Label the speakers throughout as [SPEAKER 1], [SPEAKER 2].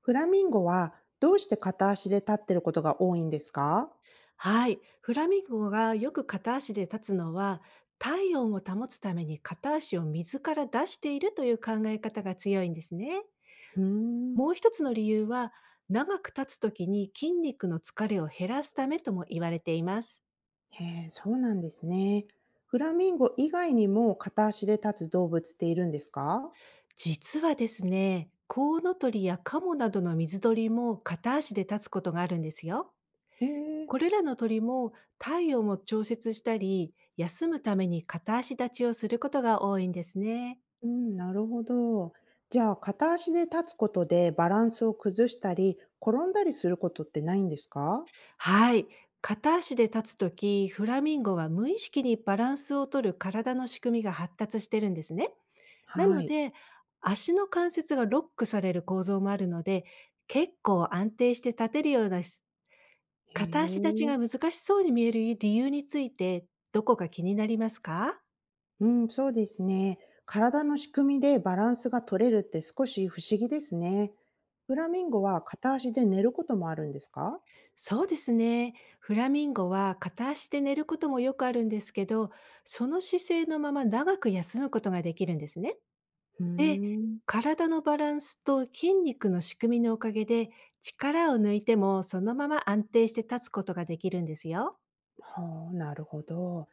[SPEAKER 1] フラミンゴはどうして片足で立ってることが多いんですか？
[SPEAKER 2] はい。フラミンゴがよく片足で立つのは、体温を保つために片足を水から出しているという考え方が強いんですね。
[SPEAKER 1] うーん。
[SPEAKER 2] もう一つの理由は、長く立つ時に筋肉の疲れを減らすためとも言われています。
[SPEAKER 1] へえ、そうなんですね。フラミンゴ以外にも片足で立つ動物っているんですか？
[SPEAKER 2] 実はですね、コウノトリやカモなどの水鳥も片足で立つことがあるんですよ。
[SPEAKER 1] へえ。
[SPEAKER 2] これらの鳥も体温を調節したり、休むために片足立ちをすることが多いんですね。
[SPEAKER 1] うん、なるほど。じゃあ、片足で立つことでバランスを崩したり、転んだりすることってないんですか？
[SPEAKER 2] はい。片足で立つとき、フラミンゴは無意識にバランスをとる体の仕組みが発達してるんですね。な
[SPEAKER 1] は
[SPEAKER 2] の
[SPEAKER 1] い。
[SPEAKER 2] で、足の関節がロックされる構造もあるので、結構安定して立てるようなし。
[SPEAKER 1] へ
[SPEAKER 2] 片足立ち
[SPEAKER 1] え。
[SPEAKER 2] が難しそうに見える理由について、どこか気になりますか？
[SPEAKER 1] うん、そうですね。体の仕組みでバランスが取れるって少し不思議ですね。フラミンゴは片足で寝ることもあるんですか？
[SPEAKER 2] そうですね。フラミンゴは片足で寝ることもよくあるんですけど、その姿勢のまま長く休むことができるんですね。
[SPEAKER 1] うー
[SPEAKER 2] で、
[SPEAKER 1] ん。
[SPEAKER 2] 体のバランスと筋肉の仕組みのおかげで、力を抜いてもそのまま安定して立つことができるんですよ。
[SPEAKER 1] はあ、なるほど。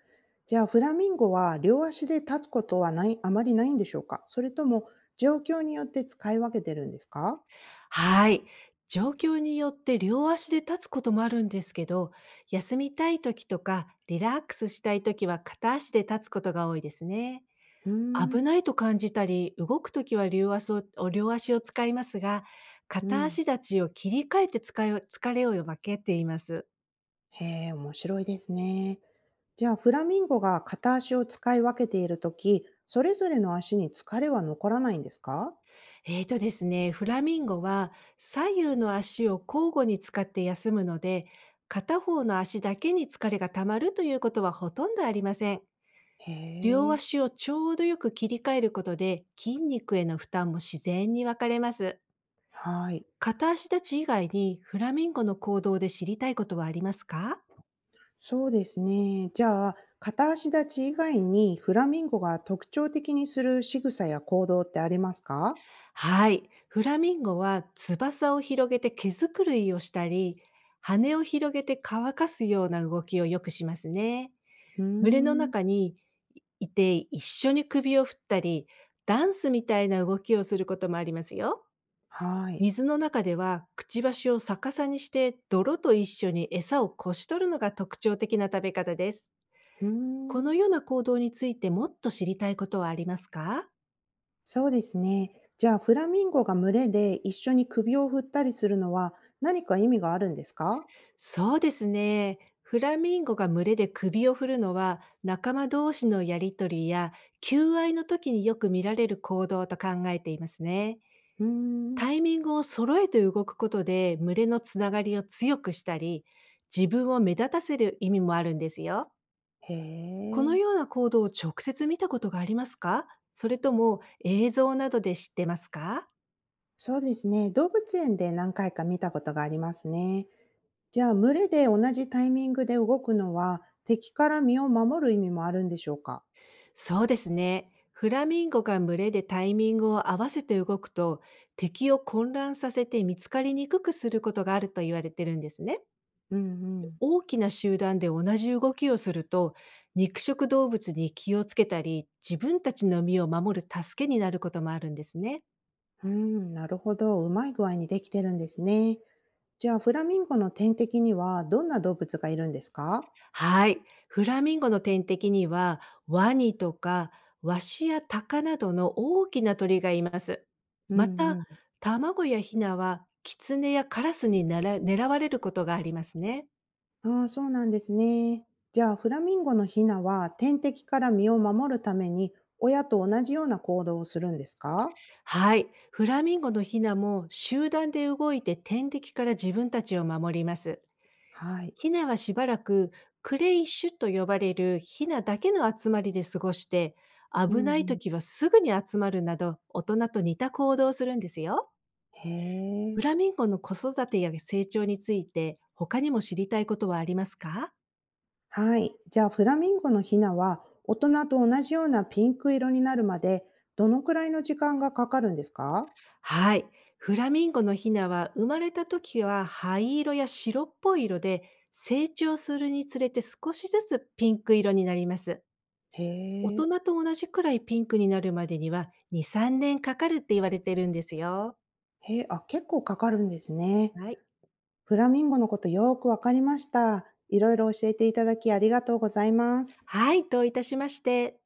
[SPEAKER 1] じゃあ、フラミンゴは両足で立つことはない、あまりないんでしょうか、それとも状況によって使い分けてるんですか？
[SPEAKER 2] はい。状況によって両足で立つこともあるんですけど、休みたい時とかリラックスしたい時は片足で立つことが多いですね。
[SPEAKER 1] うー
[SPEAKER 2] 危
[SPEAKER 1] ん。
[SPEAKER 2] ないと感じたり、動く時は両足を使いますが、
[SPEAKER 1] う
[SPEAKER 2] 片
[SPEAKER 1] ん。
[SPEAKER 2] 足立ちを切り替えて使い疲れを分けています。
[SPEAKER 1] へえ、面白いですね。じゃあ、フラミンゴが片足を使い分けているとき、それぞれの足に疲れは残らないんですか？
[SPEAKER 2] ですね、フラミンゴは左右の足を交互に使って休むので、片方の足だけに疲れが溜まるということはほとんどありません。
[SPEAKER 1] へ
[SPEAKER 2] 両
[SPEAKER 1] え。
[SPEAKER 2] 足をちょうどよく切り替えることで筋肉への負担も自然に分かれます。
[SPEAKER 1] はい。
[SPEAKER 2] 片足立ち以外にフラミンゴの行動で知りたいことはありますか？
[SPEAKER 1] そうですね。じゃあ、片足立ち以外にフラミンゴが特徴的にする仕草や行動ってありますか？
[SPEAKER 2] はい。フラミンゴは翼を広げて毛づくるいをしたり、羽を広げて乾かすような動きをよくしますね。
[SPEAKER 1] うー
[SPEAKER 2] 群れの
[SPEAKER 1] ん。
[SPEAKER 2] 中にいて、一緒に首を振ったり、ダンスみたいな動きをすることもありますよ。
[SPEAKER 1] はい。
[SPEAKER 2] 水の中では、くちばしを逆さにして、泥と一緒に餌をこし取るのが特徴的な食べ方です。
[SPEAKER 1] うー
[SPEAKER 2] こ
[SPEAKER 1] ん。
[SPEAKER 2] のような行動についてもっと知りたいことはありますか？
[SPEAKER 1] そうですね。じゃあ、フラミンゴが群れで一緒に首を振ったりするのは何か意味があるんですか？
[SPEAKER 2] そうですね。フラミンゴが群れで首を振るのは、仲間同士のやりとりや、求愛の時によく見られる行動と考えていますね。
[SPEAKER 1] うーん。
[SPEAKER 2] タイミングを揃えて動くことで、群れのつながりを強くしたり、自分を目立たせる意味もあるんですよ。
[SPEAKER 1] へ
[SPEAKER 2] この
[SPEAKER 1] え。
[SPEAKER 2] ような行動を直接見たことがありますか？それとも映像などで知ってますか？
[SPEAKER 1] そうですね。動物園で何回か見たことがありますね。じゃあ、群れで同じタイミングで動くのは敵から身を守る意味もあるんでしょうか？
[SPEAKER 2] そうですね。フラミンゴが群れでタイミングを合わせて動くと、敵を混乱させて見つかりにくくすることがあると言われてるんですね。
[SPEAKER 1] うんうん。
[SPEAKER 2] 大きな集団で同じ動きをすると、肉食動物に気をつけたり、自分たちの身を守る助けになることもあるんですね。
[SPEAKER 1] うん、なるほど。うまい具合にできてるんですね。じゃあ、フラミンゴの天敵にはどんな動物がいるんですか？
[SPEAKER 2] はい。フラミンゴの天敵には、ワニとかワシやタカなどの大きな鳥がいます。
[SPEAKER 1] う
[SPEAKER 2] また、
[SPEAKER 1] ん
[SPEAKER 2] 卵やヒナは、キツネやカラスになら狙われることがありますね。
[SPEAKER 1] うん。ああ、そうなんですね。じゃあ、フラミンゴのヒナは天敵から身を守るために親と同じような行動をするんですか？
[SPEAKER 2] はい。フラミンゴのヒナも集団で動いて天敵から自分たちを守ります。
[SPEAKER 1] はい。
[SPEAKER 2] ヒナはしばらくクレイッシュと呼ばれるヒナだけの集まりで過ごして、
[SPEAKER 1] う
[SPEAKER 2] 危
[SPEAKER 1] んう
[SPEAKER 2] ない
[SPEAKER 1] ん。
[SPEAKER 2] 時はすぐに集まるなど大人と似た行動をするんですよ。
[SPEAKER 1] へ
[SPEAKER 2] フ
[SPEAKER 1] え。
[SPEAKER 2] ラミンゴの子育てや成長について他にも知りたいことはありますか？
[SPEAKER 1] はい。じゃあ、フラミンゴのヒナは大人と同じようなピンク色になるまでどのくらいの時間がかかるんですか？
[SPEAKER 2] はい。フラミンゴのヒナは生まれた時は灰色や白っぽい色で成長するにつれて少しずつピンク色になります。
[SPEAKER 1] へ
[SPEAKER 2] 大
[SPEAKER 1] え。
[SPEAKER 2] 人と同じくらいピンクになるまでには2、3年かかるって言われてるんですよ。
[SPEAKER 1] へえ、あ、結構かかるんですね。
[SPEAKER 2] はい。
[SPEAKER 1] フラミンゴのことよーくわかりました。いろいろ教えていただきありがとうございます。
[SPEAKER 2] はい、どういたしまして。